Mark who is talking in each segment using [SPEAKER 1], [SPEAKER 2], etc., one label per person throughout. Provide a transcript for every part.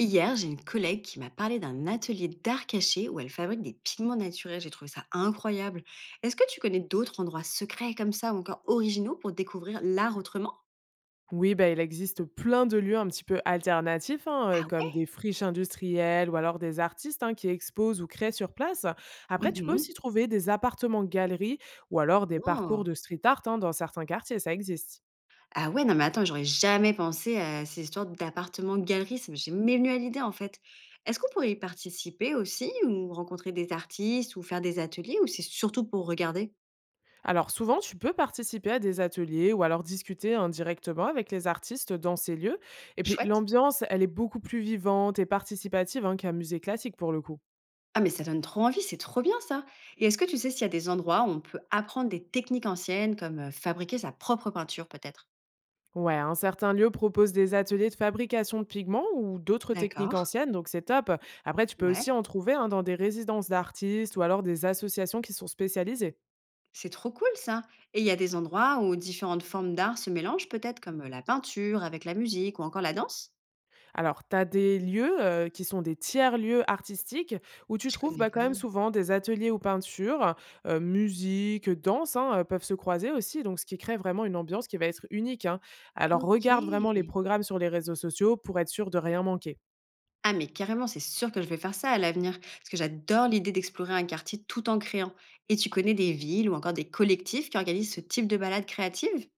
[SPEAKER 1] Hier, j'ai une collègue qui m'a parlé d'un atelier d'art caché où elle fabrique des pigments naturels. J'ai trouvé ça incroyable. Est-ce que tu connais d'autres endroits secrets comme ça ou encore originaux pour découvrir l'art autrement?
[SPEAKER 2] Oui, bah, il existe plein de lieux un petit peu alternatifs, hein,
[SPEAKER 1] Ah
[SPEAKER 2] comme
[SPEAKER 1] ouais.
[SPEAKER 2] des friches industrielles ou alors des artistes, hein, qui exposent ou créent sur place. Après, tu peux aussi
[SPEAKER 1] Mhm.
[SPEAKER 2] trouver des appartements-galeries ou alors des parcours
[SPEAKER 1] Oh.
[SPEAKER 2] de street art, hein, dans certains quartiers, ça existe.
[SPEAKER 1] Ah ouais, non mais attends, j'aurais jamais pensé à ces histoires d'appartements-galeries. Ça m'est jamais venu à l'idée en fait. Est-ce qu'on pourrait y participer aussi ou rencontrer des artistes ou faire des ateliers ou c'est surtout pour regarder?
[SPEAKER 2] Alors souvent, tu peux participer à des ateliers ou alors discuter indirectement avec les artistes dans ces lieux. Et puis
[SPEAKER 1] Chouette.
[SPEAKER 2] l'ambiance, elle est beaucoup plus vivante et participative, hein, qu'un musée classique pour le coup.
[SPEAKER 1] Ah mais ça donne trop envie, c'est trop bien ça. Et est-ce que tu sais s'il y a des endroits où on peut apprendre des techniques anciennes comme fabriquer sa propre peinture peut-être?
[SPEAKER 2] Ouais, un certain lieu propose des ateliers de fabrication de pigments ou d'autres techniques
[SPEAKER 1] D'accord.
[SPEAKER 2] anciennes, donc c'est top. Après, tu peux
[SPEAKER 1] Ouais.
[SPEAKER 2] aussi en trouver hein, dans des résidences d'artistes ou alors des associations qui sont spécialisées.
[SPEAKER 1] C'est trop cool ça. Et il y a des endroits où différentes formes d'art se mélangent peut-être comme la peinture avec la musique ou encore la danse?
[SPEAKER 2] Alors, tu as des lieux qui sont des tiers-lieux artistiques où tu
[SPEAKER 1] Je
[SPEAKER 2] trouves
[SPEAKER 1] connais
[SPEAKER 2] bah, quand
[SPEAKER 1] pas.
[SPEAKER 2] même souvent des ateliers ou peintures, musique, danse hein, peuvent se croiser aussi, donc ce qui crée vraiment une ambiance qui va être unique, hein. Alors,
[SPEAKER 1] Ok.
[SPEAKER 2] regarde vraiment les programmes sur les réseaux sociaux pour être sûr de rien manquer.
[SPEAKER 1] Ah mais carrément, c'est sûr que je vais faire ça à l'avenir parce que j'adore l'idée d'explorer un quartier tout en créant. Et tu connais des villes ou encore des collectifs qui organisent ce type de balade créative?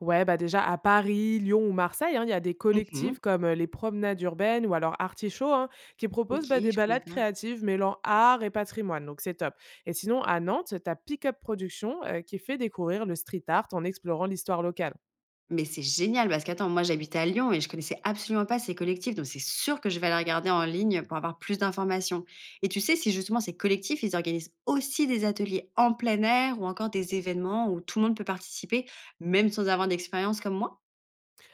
[SPEAKER 2] Ouais, bah, déjà à Paris, Lyon ou Marseille, hein, il y a des
[SPEAKER 1] Mhm.
[SPEAKER 2] collectifs comme les Promenades urbaines ou alors Artichaut hein, qui proposent
[SPEAKER 1] Ok,
[SPEAKER 2] bah, des
[SPEAKER 1] je connais
[SPEAKER 2] balades
[SPEAKER 1] pas.
[SPEAKER 2] créatives mêlant art et patrimoine. Donc c'est top. Et sinon, à Nantes, tu as Pick Up Production qui fait découvrir le street art en explorant l'histoire locale.
[SPEAKER 1] Mais c'est génial parce qu'attends, moi j'habitais à Lyon et je connaissais absolument pas ces collectifs, donc c'est sûr que je vais aller regarder en ligne pour avoir plus d'informations. Et tu sais si justement ces collectifs, ils organisent aussi des ateliers en plein air ou encore des événements où tout le monde peut participer, même sans avoir d'expérience comme moi.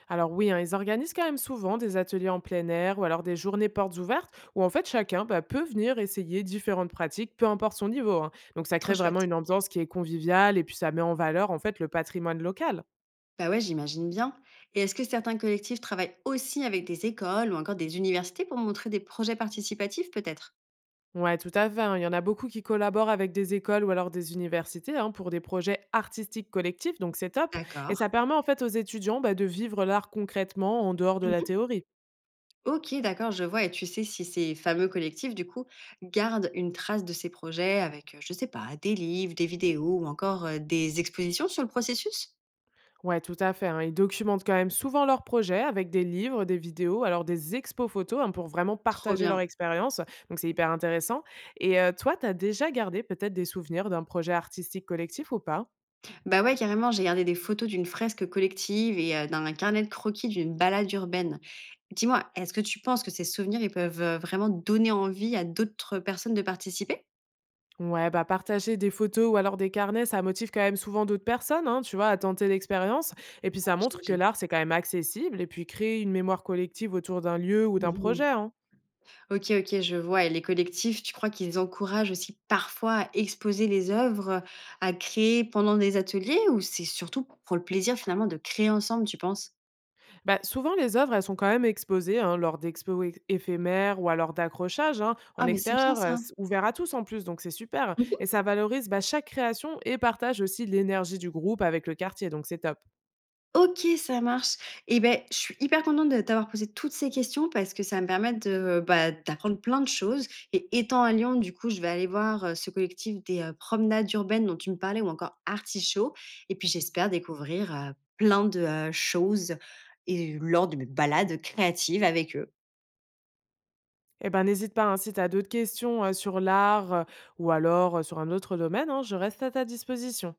[SPEAKER 2] Alors oui, hein, ils organisent quand même souvent des ateliers en plein air ou alors des journées portes ouvertes où en fait chacun bah, peut venir essayer différentes pratiques, peu importe son niveau, hein. Donc ça
[SPEAKER 1] Trop
[SPEAKER 2] crée vraiment
[SPEAKER 1] chouette.
[SPEAKER 2] une ambiance qui est conviviale et puis ça met en valeur en fait le patrimoine local.
[SPEAKER 1] Bah ouais, j'imagine bien. Et est-ce que certains collectifs travaillent aussi avec des écoles ou encore des universités pour montrer des projets participatifs peut-être?
[SPEAKER 2] Ouais, tout à fait, hein. Il y en a beaucoup qui collaborent avec des écoles ou alors des universités hein, pour des projets artistiques collectifs, donc c'est top. Et
[SPEAKER 1] D'accord.
[SPEAKER 2] ça permet en fait aux étudiants bah, de vivre l'art concrètement en dehors de la théorie.
[SPEAKER 1] OK, d'accord, je vois et tu sais si ces fameux collectifs, du coup, gardent une trace de ces projets avec, je sais pas, des livres, des vidéos ou encore, des expositions sur le processus?
[SPEAKER 2] Ouais, tout à fait, hein. Ils documentent quand même souvent leurs projets avec des livres, des vidéos, alors des expos photos hein, pour vraiment
[SPEAKER 1] Trop
[SPEAKER 2] partager leur
[SPEAKER 1] bien.
[SPEAKER 2] expérience. Donc c'est hyper intéressant. Et toi, tu as déjà gardé peut-être des souvenirs d'un projet artistique collectif ou pas?
[SPEAKER 1] Bah, ouais, carrément, j'ai regardé des photos d'une fresque collective et d'un carnet de croquis d'une balade urbaine. Dis-moi, est-ce que tu penses que ces souvenirs, ils peuvent, vraiment donner envie à d'autres personnes de participer?
[SPEAKER 2] Ouais, bah partager des photos ou alors des carnets, ça motive quand même souvent d'autres personnes, hein, tu vois, à tenter l'expérience. Et puis
[SPEAKER 1] Ouais,
[SPEAKER 2] ça montre que
[SPEAKER 1] j'imagine.
[SPEAKER 2] l'art, c'est quand même accessible et puis créer une mémoire collective autour d'un lieu ou d'un
[SPEAKER 1] Mmh.
[SPEAKER 2] projet, hein.
[SPEAKER 1] OK, OK, je vois et les collectifs, tu crois qu'ils encouragent aussi parfois à exposer les œuvres, à créer pendant des ateliers ou c'est surtout pour le plaisir finalement de créer ensemble, tu penses?
[SPEAKER 2] Bah, souvent, les œuvres, elles sont quand même exposées hein, lors d'expos éphémères ou alors d'accrochages hein, en
[SPEAKER 1] Ah mais c'est bien
[SPEAKER 2] extérieur,
[SPEAKER 1] ça.
[SPEAKER 2] ouvert à tous en plus, donc c'est super.
[SPEAKER 1] Mmh.
[SPEAKER 2] Et ça valorise bah, chaque création et partage aussi l'énergie du groupe avec le quartier, donc c'est top.
[SPEAKER 1] OK, ça marche. Et ben, je suis hyper contente de t'avoir posé toutes ces questions parce que ça me permet de, bah, d'apprendre plein de choses et étant à Lyon, du coup, je vais aller voir, ce collectif des, promenades urbaines dont tu me parlais ou encore Artichaut et puis j'espère découvrir, plein de, choses et lors de mes balades créatives avec eux.
[SPEAKER 2] Eh ben, n'hésite pas, hein, si tu as d'autres questions sur l'art ou alors sur un autre domaine, hein, je reste à ta disposition.